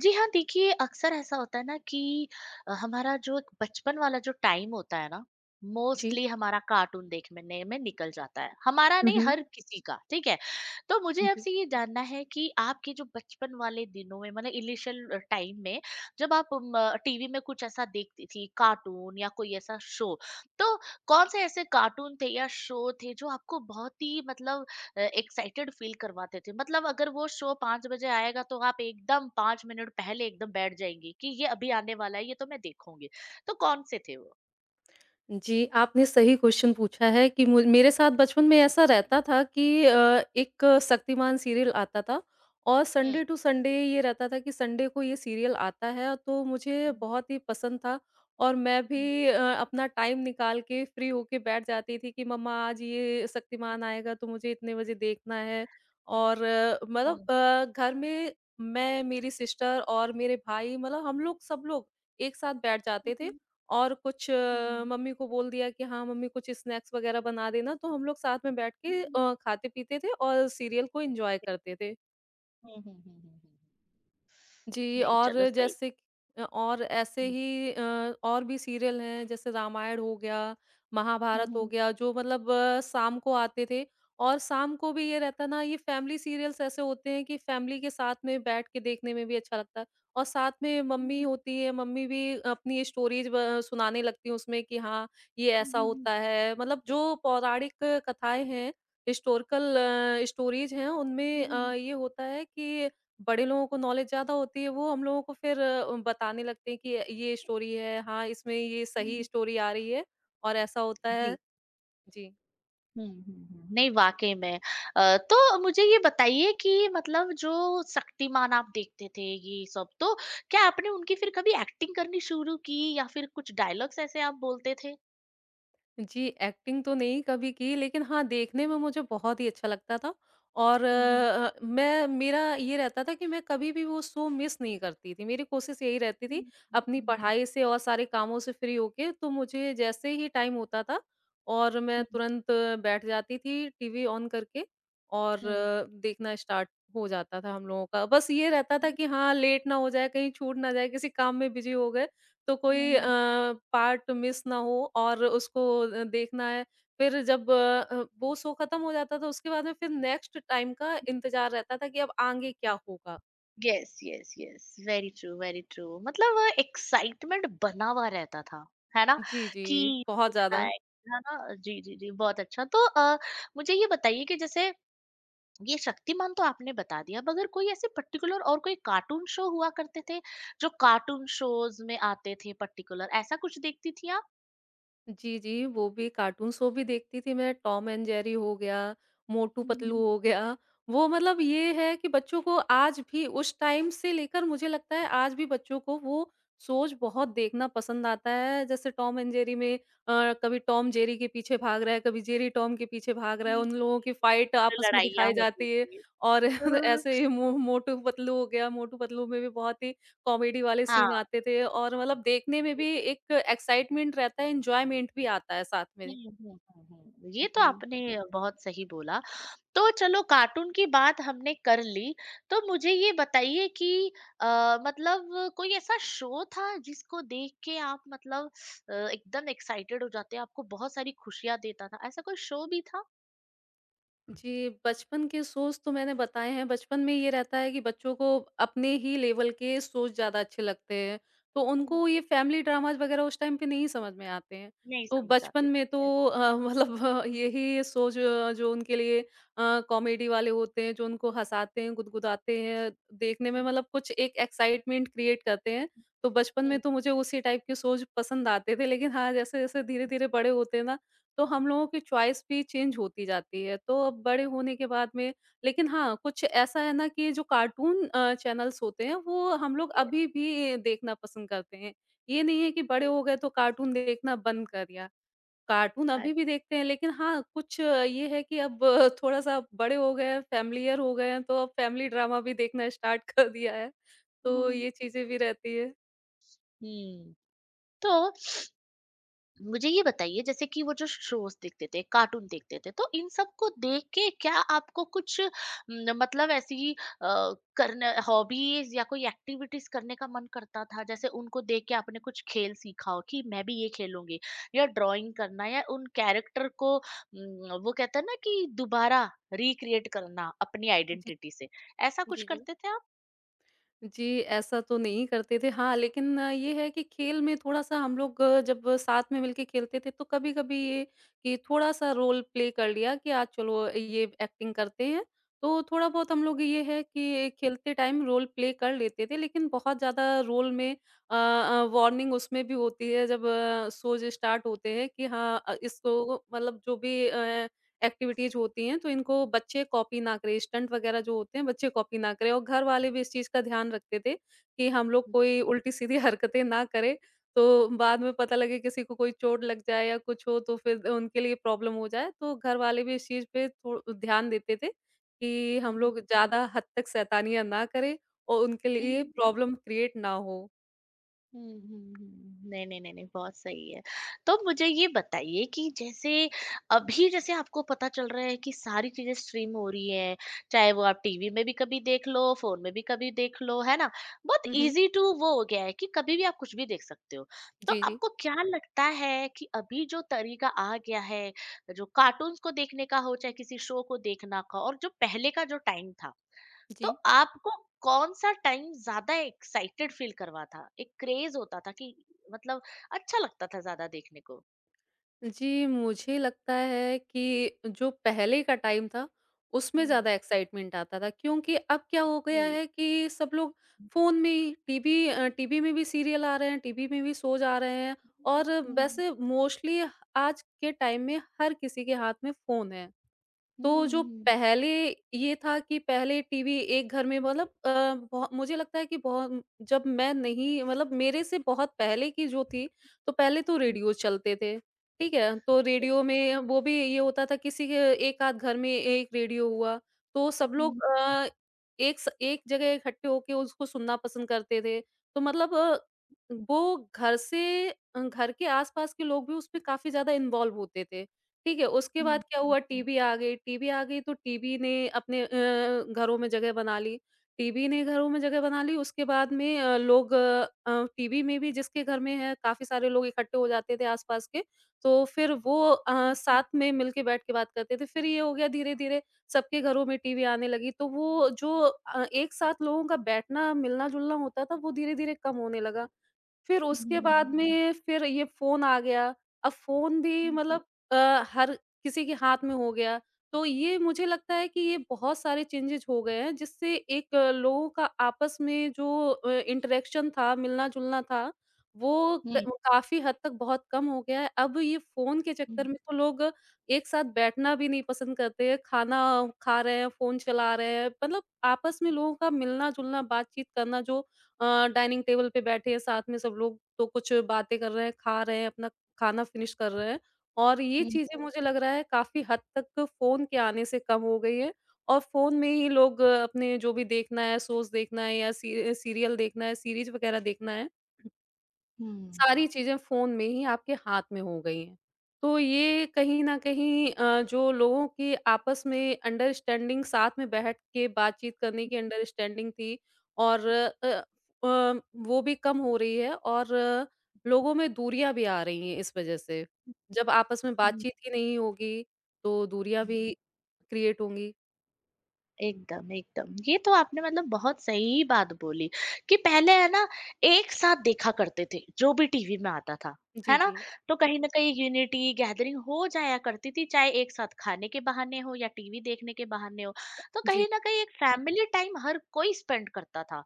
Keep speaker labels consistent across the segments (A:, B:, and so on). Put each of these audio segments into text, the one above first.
A: जी हाँ, देखिए अक्सर ऐसा होता है ना कि हमारा जो एक बचपन वाला जो टाइम होता है ना,
B: जी।
A: मोस्टली हमारा कार्टून देखने में निकल जाता है। हमारा
B: हुँ,
A: नहीं
B: हुँ।
A: हर किसी का, ठीक है? तो मुझे
B: जी।
A: आपसे ये जानना है कि आपके जो बचपन वाले दिनों में मतलब इनिशियल टाइम में जब आप टीवी में कुछ ऐसा देखती थी, कार्टून या कोई ऐसा शो, तो कौन से ऐसे कार्टून थे या शो थे जो आपको बहुत ही मतलब एक्साइटेड फील करवाते थे, मतलब अगर वो शो 5 बजे आएगा तो आप एकदम 5 मिनट पहले एकदम बैठ जाएंगी कि ये अभी आने वाला है, ये तो मैं देखूंगी। तो कौन से थे वो?
B: जी, आपने सही क्वेश्चन पूछा है कि मु मेरे साथ बचपन में ऐसा रहता था कि एक शक्तिमान सीरियल आता था और संडे
A: हम्म।
B: टू संडे ये रहता था कि संडे को ये सीरियल आता है तो मुझे
A: हम्म।
B: बहुत ही पसंद था और मैं भी अपना टाइम निकाल के फ्री होके बैठ जाती थी कि मम्मा आज ये शक्तिमान आएगा तो मुझे इतने बजे देखना है और मतलब
A: हम्म,
B: घर में मेरी सिस्टर और मेरे भाई मतलब हम लोग सब लोग एक साथ बैठ
A: हम्म,
B: जाते थे
A: हम्म,
B: और कुछ
A: हम्म,
B: मम्मी को बोल दिया कि हाँ मम्मी कुछ स्नैक्स वगैरह बना देना तो हम लोग साथ में बैठ
A: हम्म,
B: के
A: हम्म,
B: खाते पीते थे और सीरियल को एंजॉय करते थे।
A: हम्म, हम्म, हम्म।
B: जी,
A: नहीं, चलो
B: और
A: सही।
B: जैसे कि और ऐसे
A: हम्म,
B: ही और भी सीरियल हैं जैसे रामायण हो गया, महाभारत हो
A: हम्म,
B: गया जो मतलब शाम को आते थे और शाम को भी ये रहता ना ये फैमिली सीरियल्स ऐसे होते हैं कि फैमिली के साथ में बैठ के देखने में भी अच्छा लगता है और साथ में मम्मी
A: हम्म,
B: होती है, मम्मी भी अपनी स्टोरीज़ ब सुनाने लगती हैं उसमें कि हाँ, ये
A: हम्म,
B: ऐसा
A: हम्म, हम्म,
B: होता है। मतलब जो पौराणिक कथाएँ हैं, हिस्टोरिकल स्टोरीज़ हैं उनमें
A: हम्म।
B: ये होता है कि बड़े लोगों को नॉलेज ज़्यादा होती है, वो हम लोगों को फिर बताने लगते हैं कि ये स्टोरी है, हाँ, इसमें ये
A: हम्म,
B: सही
A: हम्म,
B: स्टोरी आ रही है और ऐसा होता है।
A: जी।
B: जी।
A: हुँ, हुँ, हुँ। नहीं, वाक़ई में। तो मुझे ये बताइए कि मतलब जो शक्तिमान आप देखते थे ये सब, तो क्या आपने उनकी फिर कभी एक्टिंग करनी शुरू की या फिर कुछ डायलॉग्स ऐसे आप बोलते थे?
B: जी, एक्टिंग तो नहीं कभी की लेकिन हाँ, देखने
A: हुँ,
B: में मुझे बहुत ही अच्छा लगता था और
A: हुँ, हुँ,
B: मैं मेरा ये रहता था कि मैं कभी भी वो शो मिस नहीं करती थी। मेरी कोशिश यही रहती थी अपनी
A: हुँ,
B: पढ़ाई से और सारे कामों से फ्री होके तो मुझे जैसे ही टाइम होता था और मैं
A: हुँ,
B: तुरंत बैठ जाती थी टीवी ऑन करके और
A: हुँ,
B: देखना स्टार्ट हो जाता था हम लोगों का। बस ये रहता था कि हाँ, लेट ना हो जाए, कहीं छूट ना जाए, किसी काम में बिज़ी हो गए तो
A: हुँ,
B: कोई
A: हुँ।
B: पार्ट मिस ना हो और उसको देखना है। फिर जब वो शो खत्म हो जाता था उसके बाद में फिर नेक्स्ट टाइम का इंतज़ार रहता था कि अब आगे क्या होगा?
A: Yes, yes, yes. Very true, very true. मतलब एक्साइटमेंट बना हुआ रहता था, है ना?
B: जी, जी।
A: कि
B: बहुत
A: देखना
B: ज़्यादा।
A: है ना? जी, जी, जी, बहुत अच्छा। तो मुझे ये बताइए कि जैसे ये शक्तिमान तो आपने बता दिया, अब अगर कोई ऐसे पर्टिकुलर और कोई कार्टून शो हुआ करते थे, जो कार्टून शोज में आते थे पर्टिकुलर, ऐसा कुछ देखती थी आप?
B: जी, जी, वो भी कार्टून शो भी देखती थी मैं, टॉम एंड जेरी हो गया, मोटू पतलू
A: हम्म,
B: हो गया। वो मतलब ये है कि बच्चों को आज भी उस टाइम से लेकर मुझे लगता है आज भी बच्चों को वो शोज़ बहुत देखना पसंद आता है। जैसे टॉम एंड जेरी में कभी टॉम जेरी के पीछे भाग रहा है, कभी जेरी टॉम के पीछे भाग रहा
A: जी,
B: है, उन लोगों की फाइट
A: जो
B: आपस में
A: लड़ाइयाँ
B: दिखाई
A: होती
B: जाती है
A: थी।
B: और ऐसे ही मो मोटू पतलू हो गया, मोटू पतलू में भी बहुत ही कॉमेडी वाले सीन
A: हाँ।
B: आते थे और मतलब देखने में भी एक एक्साइटमेंट रहता है, एन्जॉयमेंट भी आता है साथ में।
A: ये तो
B: जी।
A: आपने बहुत सही बोला। तो चलो कार्टून की बात हमने कर ली, तो मुझे ये बताइए कि अ, मतलब कोई ऐसा शो था जिसको देख के आप मतलब एकदम एक्साइटेड हो जाते, आपको बहुत सारी खुशियाँ देता था, ऐसा कोई शो भी था?
B: जी, बचपन के सोच तो मैंने बताए हैं, बचपन में ये रहता है कि बच्चों को अपने ही लेवल के सोच ज़्यादा अच्छे लगते हैं, तो
A: हुँ,
B: उनको ये फैमिली ड्रामाज़ वग़ैरह उस टाइम पे नहीं समझ में आते हैं।
A: नहीं
B: तो
A: समझ
B: बचपन
A: आते
B: में तो
A: थे, यस।
B: अ, मतलब यही सोच जो उनके लिए कॉमेडी वाले होते हैं, जो उनको हँसाते हैं, गुदगुदाते हैं, देखने में
A: हुँ,
B: मतलब कुछ एक एक्साइटमेंट क्रिएट करते हैं, तो बचपन में
A: हुँ,
B: तो मुझे उसी टाइप की सोच पसंद आते थे। लेकिन हाँ, जैसे-जैसे धीरे-धीरे बड़े होते हैं ना, तो हम लोगों की चॉइस भी चेंज होती जाती है। तो अब बड़े होने के बाद में लेकिन हाँ, कुछ ऐसा है ना कि जो कार्टून चैनल्स होते हैं वो हम लोग
A: यस,
B: अभी भी देखना पसंद करते हैं। ये नहीं है कि
A: हुँ,
B: बड़े हो गए तो कार्टून देखना बंद कर दिया। कार्टून अभी
A: अच्छा।
B: भी देखते हैं लेकिन हाँ, कुछ ये है कि अब थोड़ा-सा बड़े हो गए हैं, फ़ैमिलियर हो गए हैं, तो अब फ़ैमिली ड्रामा भी देखना स्टार्ट कर दिया है।
A: हुँ, हुँ,
B: तो
A: हुँ,
B: ये चीज़ें भी रहती है।
A: हुँ। तो मुझे ये बताइए, जैसे कि वो जो शोज देखते थे, कार्टून देखते थे, तो इन सब को देख के क्या आपको कुछ न, मतलब ऐसी करने हॉबीज या कोई एक्टिविटीज करने का मन करता था? जैसे उनको देख के आपने कुछ खेल सीखा हो कि मैं भी ये खेलूंगी, या ड्राइंग करना, या उन कैरेक्टर को न, वो कहते हैं ना कि दोबारा रिक्रिएट करना अपनी
B: जी।
A: आइडेंटिटी से, ऐसा कुछ
B: जी, जी।
A: करते थे आप?
B: जी, ऐसा तो नहीं करते थे। हाँ, लेकिन ये है कि खेल में थोड़ा-सा हम लोग जब साथ में मिलके खेलते थे तो कभी-कभी ये कि थोड़ा-सा रोल प्ले कर लिया कि आज चलो ये एक्टिंग करते हैं। तो थोड़ा बहुत हम लोग ये है कि खेलते टाइम रोल प्ले कर लेते थे लेकिन बहुत ज़्यादा रोल में वार्निंग उसमें भी होती है जब शोज़ स्टार्ट होते हैं कि हाँ इसको मतलब जो भी एक्टिविटीज़ होती हैं, तो इनको बच्चे कॉपी ना करें, स्टंट वगैरह जो होते हैं, बच्चे कॉपी ना करें और घर वाले भी इस चीज़ का ध्यान रखते थे कि हम लोग कोई उल्टी-सीधी हरकतें ना करें, तो बाद में पता लगे किसी को कोई चोट लग जाए या कुछ हो, तो फिर उनके लिए प्रॉब्लम हो जाए। तो घर वाले भी इस चीज़ पे थो ध्यान देते थे कि हम
A: हम्म,
B: लोग ज़्यादा हद तक शैतानियाँ ना करें और उनके
A: हम्म,
B: लिए प्रॉब्लम क्रिएट ना हो।
A: हुँ, हुँ, हुँ। नहीं, नहीं, नहीं, नहीं, बहुत सही है। तो मुझे ये बताइए कि जैसे अभी जैसे आपको पता चल रहा है कि सारी चीज़ें स्ट्रीम हो रही हैं, चाहे वो आप टीवी में भी कभी देख लो, फ़ोन में भी कभी देख लो, है ना? बहुत
B: हुँ, हुँ।
A: ईज़ी टू वो हो गया है कि कभी भी आप कुछ भी देख सकते हो। तो
B: जी, जी।
A: आपको क्या लगता है कि अभी जो तरीका आ गया है, जो कार्टून्स को देखने का हो, चाहे किसी शो को देखना का, और जो पहले का जो टाइम था, तो
B: जी।
A: आपको कौन-सा टाइम ज़्यादा एक्साइटेड फ़ील करवा था? एक क्रेज़ होता था कि मतलब अच्छा लगता था ज़्यादा देखने को?
B: जी, मुझे लगता है कि जो पहले का टाइम था, उसमें
A: हुँ।
B: ज़्यादा एक्साइटमेंट आता था क्योंकि अब क्या हो गया
A: जी।
B: है कि सब लोग फ़ोन में ही टीवी में भी सीरियल आ रहे हैं, टीवी में भी शोज़ आ रहे हैं और
A: हुँ, हुँ,
B: वैसे मोस्टली आज के टाइम में हर किसी के हाथ में फ़ोन है। तो जो पहले ये था कि पहले टीवी एक घर में मतलब बहु मुझे लगता है कि बहुत जब मैं नहीं मतलब मेरे से बहुत पहले की जो थी, तो पहले तो
A: हुँ,
B: रेडियो चलते थे, ठीक है? तो
A: यस।
B: रेडियो में वो भी ये होता था किसी के एक आध घर में एक रेडियो हुआ, तो
A: हुँ,
B: सब
A: हुँ,
B: लोग एक जगह इकट्ठे होके उसको सुनना पसंद करते थे। तो मतलब वो घर से घर के आस-पास के लोग भी उसमें काफ़ी ज़्यादा इन्वॉल्व होते थे। ठीक है, उसके बाद
A: हुँ,
B: क्या हुआ टीवी आ गई तो टीवी ने अपने घरों में जगह बना ली। टीवी ने घरों में जगह बना ली उसके बाद में लोग टीवी में भी जिसके घर में है काफ़ी सारे लोग इकट्ठे हो जाते थे आस-पास के, तो फिर वो साथ में मिलके बैठ के बात करते थे। फिर ये हो गया धीरे-धीरे सबके घरों में टीवी आने लगी तो वो जो एक साथ लोगों का बैठना, मिलना-जुलना होता था वो धीरे-धीरे कम होने लगा। फिर
A: हुँ,
B: उसके
A: हुँ,
B: बाद
A: हुँ,
B: में फिर ये फ़ोन आ गया। अब फ़ोन भी
A: हुँ,
B: मतलब हर किसी के हाथ में हो गया। तो ये मुझे लगता है कि ये बहुत सारे चेंजेज़ हो गए हैं जिससे एक लोगों का आपस में जो इंटरेक्शन था, मिलना-जुलना था, वो क
A: हुँ,
B: काफ़ी हद तक बहुत कम हो गया है। अब ये फ़ोन के
A: हुँ,
B: चक्कर में तो लोग एक साथ बैठना भी नहीं पसंद करते हैं, खाना खा रहे हैं, फ़ोन चला रहे हैं। मतलब आपस में लोगों का मिलना-जुलना, बातचीत करना जो डाइनिंग टेबल पे बैठे हैं साथ में सब लोग तो कुछ बातें कर रहे हैं, खा रहे हैं, अपना खाना फिनिश कर रहे हैं और ये
A: हुँ,
B: चीज़ें मुझे लग रहा है काफ़ी हद तक फ़ोन के आने से कम हो गई है और फ़ोन में ही लोग अपने जो भी देखना है, शोज़ देखना है या सी सीरियल देखना है, सीरीज़ वगैरह देखना है
A: हुँ,
B: सारी चीज़ें फ़ोन में ही आपके हाथ में हो गई हैं। तो ये कहीं न कहीं जो लोगों की आपस में अंडरस्टैंडिंग साथ में बैठ के बातचीत करने की अंडरस्टैंडिंग थी और वो भी कम हो रही है और लोगों में दूरियाँ भी आ रही हैं इस वज़ह से। जब आपस में
A: हुँ, हुँ,
B: बातचीत ही नहीं होगी, तो दूरियाँ
A: हुँ।
B: भी क्रिएट होंगी।
A: एकदम, एकदम। ये तो आपने मतलब बहुत सही बात बोली कि पहले है ना एक साथ देखा करते थे, जो भी टीवी में आता था,
B: जी,
A: है ना?
B: जी।
A: तो कहीं न कहीं यूनिटी, गैदरिंग हो जाया करती थी, चाहे एक साथ खाने के बहाने हो या टीवी देखने के बहाने हो। तो
B: जी।
A: कहीं न कहीं एक फैमिली टाइम हर कोई स्पेंड करता था,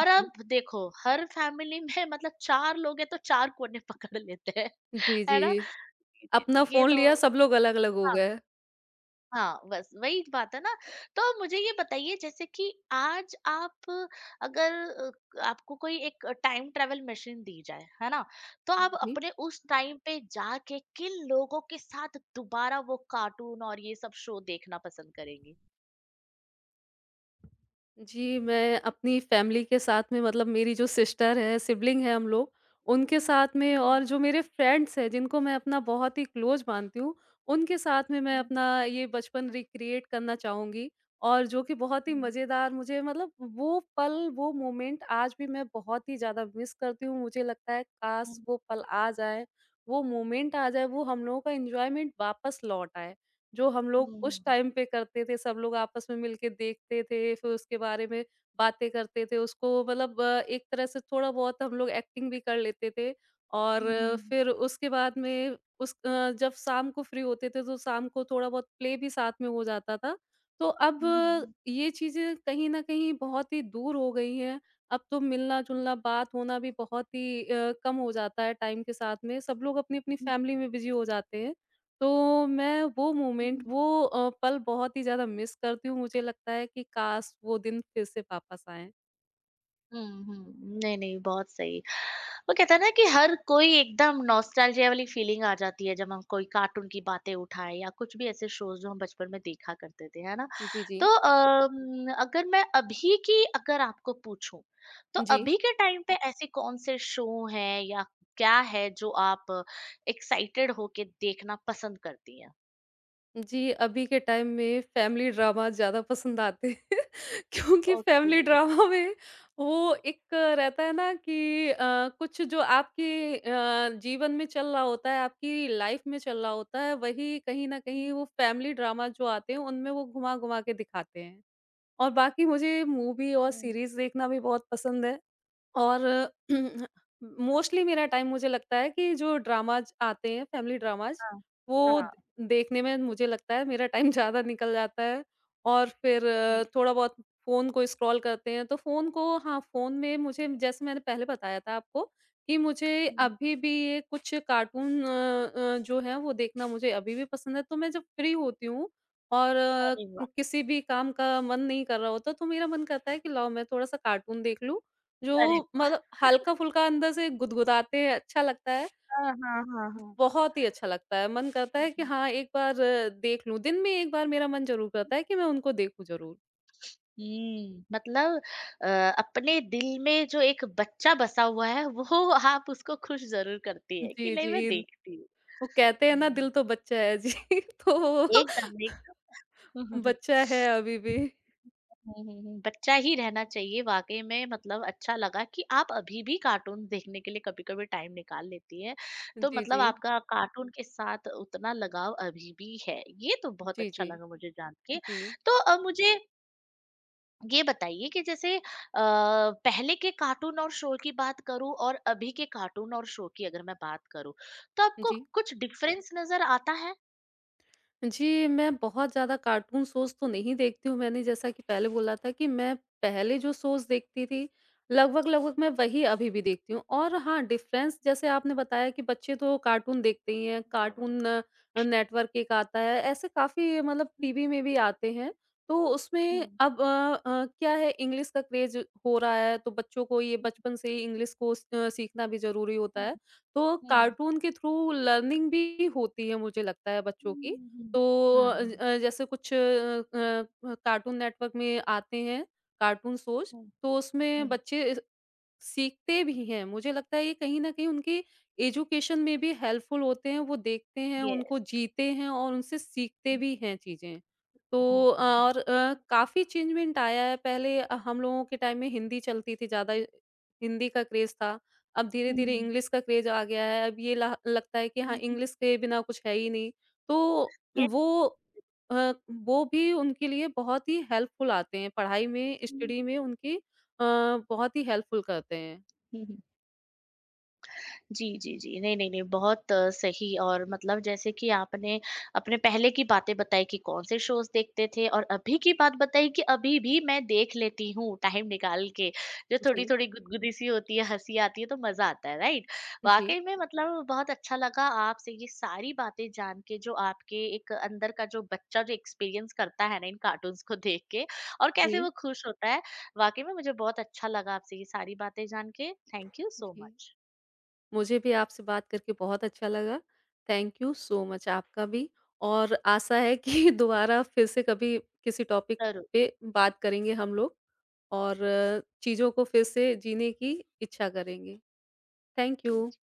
A: और अब देखो हर फैमिली में मतलब 4 लोग हैं तो 4 कोने पकड़ लेते हैं,
B: जी, जी।
A: है ना?
B: जी।
A: जी, जी,
B: अपना
A: जी। ये
B: फ़ोन
A: तो
B: लिया सब लोग अलग-अलग हो
A: हाँ।
B: गए।
A: हाँ, बस वही बात है ना। तो मुझे ये बताइए, जैसे कि आज आप अगर आपको कोई एक टाइम ट्रैवल मशीन दी जाए, है ना? तो आप
B: जी।
A: अपने उस टाइम पे जाके किन लोगों के साथ दोबारा वो कार्टून और ये सब शो देखना पसंद करेंगी?
B: जी, मैं अपनी फैमिली के साथ में मतलब मेरी जो सिस्टर है, सिबलिंग है हम लोग, उनके साथ में
A: हुँ।
B: और जो मेरे फ्रेंड्स हैं, जिनको मैं अपना बहुत ही क्लोज़ मानती हूँ, उनके साथ में मैं
A: हुँ।
B: अपना ये बचपन रिक्रिएट करना चाहूँगी और जो
A: हुँ,
B: कि बहुत ही मज़ेदार मुझे मतलब वो पल, वो मोमेंट आज भी मैं बहुत ही ज़्यादा मिस करती हूँ। मुझे लगता है
A: हुँ,
B: काश वो पल आ जाए, वो मोमेंट आ जाए, वो हम लोगों का एन्जॉयमेंट वापस लौट आए। जो हम
A: हुँ,
B: लोग
A: हुँ,
B: उस
A: हुँ,
B: टाइम पे करते थे, सब लोग आपस में मिलके देखते थे, फिर उसके बारे में बातें करते थे। उसको मतलब एक तरह से थोड़ा-बहुत हम लोग एक्टिंग भी कर लेते थे और
A: हुँ, हुँ,
B: फिर उसके बाद में जब शाम को फ्री होते थे, तो शाम को थोड़ा-बहुत प्ले भी साथ में हो जाता था। तो अब
A: हुँ,
B: ये चीज़ें कहीं न कहीं बहुत ही दूर हो गई हैं। अब तो
A: हुँ,
B: मिलना-जुलना, बात होना भी बहुत ही कम हो जाता है टाइम के साथ में। सब लोग अपनी-अपनी फैमिली में बिज़ी हो जाते हैं। तो मैं वो
A: हुँ,
B: मोमेंट
A: हुँ।
B: वो पल बहुत ही ज़्यादा मिस करती हूँ। मुझे लगता है कि काश वो दिन फिर से वापस आएँ।
A: हुँ, हुँ। नहीं, नहीं, बहुत सही। वो कहते हैं ना कि हर कोई एकदम नॉस्टैल्जिया वाली फीलिंग आ जाती है जब हम कोई कार्टून की बातें उठाएँ या कुछ भी ऐसे शोज़ जो हम बचपन में देखा करते थे, है ना?
B: जी,
A: तो
B: जी।
A: अगर मैं अभी की अगर आपको पूछूँ, तो
B: जी।
A: अभी के टाइम पे ऐसे कौन से शो हैं या क्या है जो आप एक्साइटेड होके देखना पसंद करती हैं?
B: जी, अभी के टाइम में फैमिली ड्रामा ज़्यादा पसंद आते हैं क्योंकि
A: ओके।
B: फैमिली ड्रामा में वो एक रहता है ना कि कुछ जो आपके जीवन में चल रहा होता है, आपकी लाइफ़ में चल रहा होता है, वही कहीं न कहीं
A: हुँ,
B: वो फैमिली ड्रामा जो आते हैं, उनमें वो घुमा-घुमा के दिखाते हैं। और बाकी मुझे मूवी और
A: हुँ।
B: सीरीज़ देखना भी बहुत पसंद है। और मोस्टली मेरा टाइम मुझे लगता है कि जो ड्रामाज़ आते हैं, फैमिली ड्रामाज़,
A: हाँ।
B: वो द
A: हाँ,
B: देखने में मुझे लगता है मेरा टाइम ज़्यादा निकल जाता है और फिर
A: ठीक।
B: थोड़ा बहुत फ़ोन को स्क्रॉल करते हैं, तो फ़ोन को हाँ, फ़ोन में मुझे जैसे मैंने पहले बताया था आपको कि मुझे
A: हुँ।
B: अभी भी ये कुछ कार्टून जो है वो देखना मुझे अभी भी पसंद है, तो मैं जब फ्री होती हूँ और
A: अरे वाह!
B: किसी भी काम का मन नहीं कर रहा होता, तो मेरा मन करता है कि लाओ मैं थोड़ा-सा कार्टून देख लूँ जो
A: अरे वाह!
B: मतलब हल्का-फुल्का अंदर से गुदगुदाते हैं, अच्छा लगता है।
A: हाँ, हाँ, हाँ, हाँ।
B: बहुत ही अच्छा लगता है, मन करता है कि हाँ, एक बार देख लूँ। दिन में एक बार मेरा मन ज़रूर करता है कि मैं उनको देखूँ ज़रूर।
A: हुँ, मतलब अ, अपने दिल में जो एक बच्चा बसा हुआ है वो आप उसको खुश ज़रूर करती हैं कि
B: जी,
A: नहीं मैं
B: जी।
A: देखती हूँ।
B: वो कहते हैं ना दिल
A: हुँ,
B: तो बच्चा है जी, तो वो
A: एकदम, एकदम।
B: बच्चा है अभी भी।
A: हुँ, हुँ, हुँ, बच्चा ही रहना चाहिए, वाक़ई में मतलब अच्छा लगा कि आप अभी भी कार्टून देखने के लिए कभी-कभी टाइम निकाल लेती हैं। तो
B: जी,
A: मतलब
B: जी।
A: आपका कार्टून के साथ उतना लगाव अभी भी है। ये तो बहुत
B: जी,
A: अच्छा
B: जी।
A: लगा मुझे जान के।
B: जी।
A: तो मुझे ये बताइए कि जैसे पहले के कार्टून और शो की बात करूं और अभी के कार्टून और शो की अगर मैं बात करूं, तो आपको
B: जी।
A: कुछ डिफरेंस नजर आता है?
B: जी, मैं बहुत ज़्यादा कार्टून शोज़ तो नहीं देखती हूँ। मैंने जैसा कि पहले बोला था कि मैं पहले जो शोज़ देखती थी, लगभग-लगभग मैं वही अभी भी देखती हूँ। और हाँ, डिफ़रेंस जैसे आपने बताया कि बच्चे तो कार्टून देखते ही हैं, कार्टून नेटवर्क एक आता है, ऐसे काफ़ी मतलब
A: हम्म,
B: टीवी में भी आते हैं। तो उसमें
A: हम्म,
B: अब क्या है इंग्लिश का क्रेज़ हो रहा है, तो बच्चों को ये बचपन से ही इंग्लिश को सीखना भी ज़रूरी होता
A: हम्म,
B: है। तो
A: हम्म,
B: कार्टून के थ्रू लर्निंग भी होती है मुझे लगता है बच्चों की।
A: हम्म,
B: तो
A: हम्म,
B: जैसे कुछ कार्टून नेटवर्क में आते हैं कार्टून शोज़,
A: हम्म,
B: तो उसमें
A: हम्म,
B: बच्चे सीखते भी हैं। मुझे लगता है ये कहीं न कहीं उनकी एजुकेशन में भी हेल्पफुल होते हैं, वो देखते हैं, उनको
A: यस।
B: जीते हैं और उनसे सीखते
A: हम्म,
B: भी हैं चीज़ें। तो
A: हम्म,
B: और काफ़ी चेंजमेंट आया है, पहले हम लोगों के टाइम में हिंदी चलती थी ज़्यादा, हिंदी का क्रेज़ था। अब धीरे-धीरे
A: हम्म,
B: इंग्लिश का क्रेज़ आ गया है, अब ये ल लगता है कि हाँ,
A: हम्म,
B: इंग्लिश के बिना कुछ है ही नहीं। तो
A: यस।
B: वो अ, वो भी उनके लिए बहुत ही हेल्पफुल आते हैं, पढ़ाई में, स्टडी
A: हम्म,
B: में उनकी अ, बहुत ही हेल्पफुल करते हैं।
A: हम्म, जी, जी, जी। नहीं, नहीं, नहीं, बहुत सही। और मतलब जैसे कि आपने अपने पहले की बातें बताई कि कौन-से शोज़ देखते थे, और अभी की बात बताई कि अभी भी मैं देख लेती हूँ टाइम निकाल के, जो
B: जी,
A: थोड़ी-थोड़ी गुदगुदी सी होती है, हँसी आती है, तो मज़ा आता है, राइट?
B: जी,
A: वाक़ई में मतलब बहुत अच्छा लगा आपसे ये सारी बातें जान के, जो आपके एक अंदर का जो बच्चा जो एक्सपीरियंस करता है ना इन कार्टून्स को देख के और कैसे
B: जी,
A: वो खुश होता है। वाक़ई में मुझे बहुत अच्छा लगा आपसे ये सारी बातें जान के। थैंक यू सो
B: जी।
A: मच।
B: मुझे भी आपसे बात करके बहुत अच्छा लगा। थैंक यू सो मच आपका भी और आशा है कि दोबारा फिर से कभी किसी टॉपिक
A: ज़रूर।
B: पे बात करेंगे हम लोग और चीज़ों को फिर से जीने की इच्छा करेंगे। Thank you.
A: tea.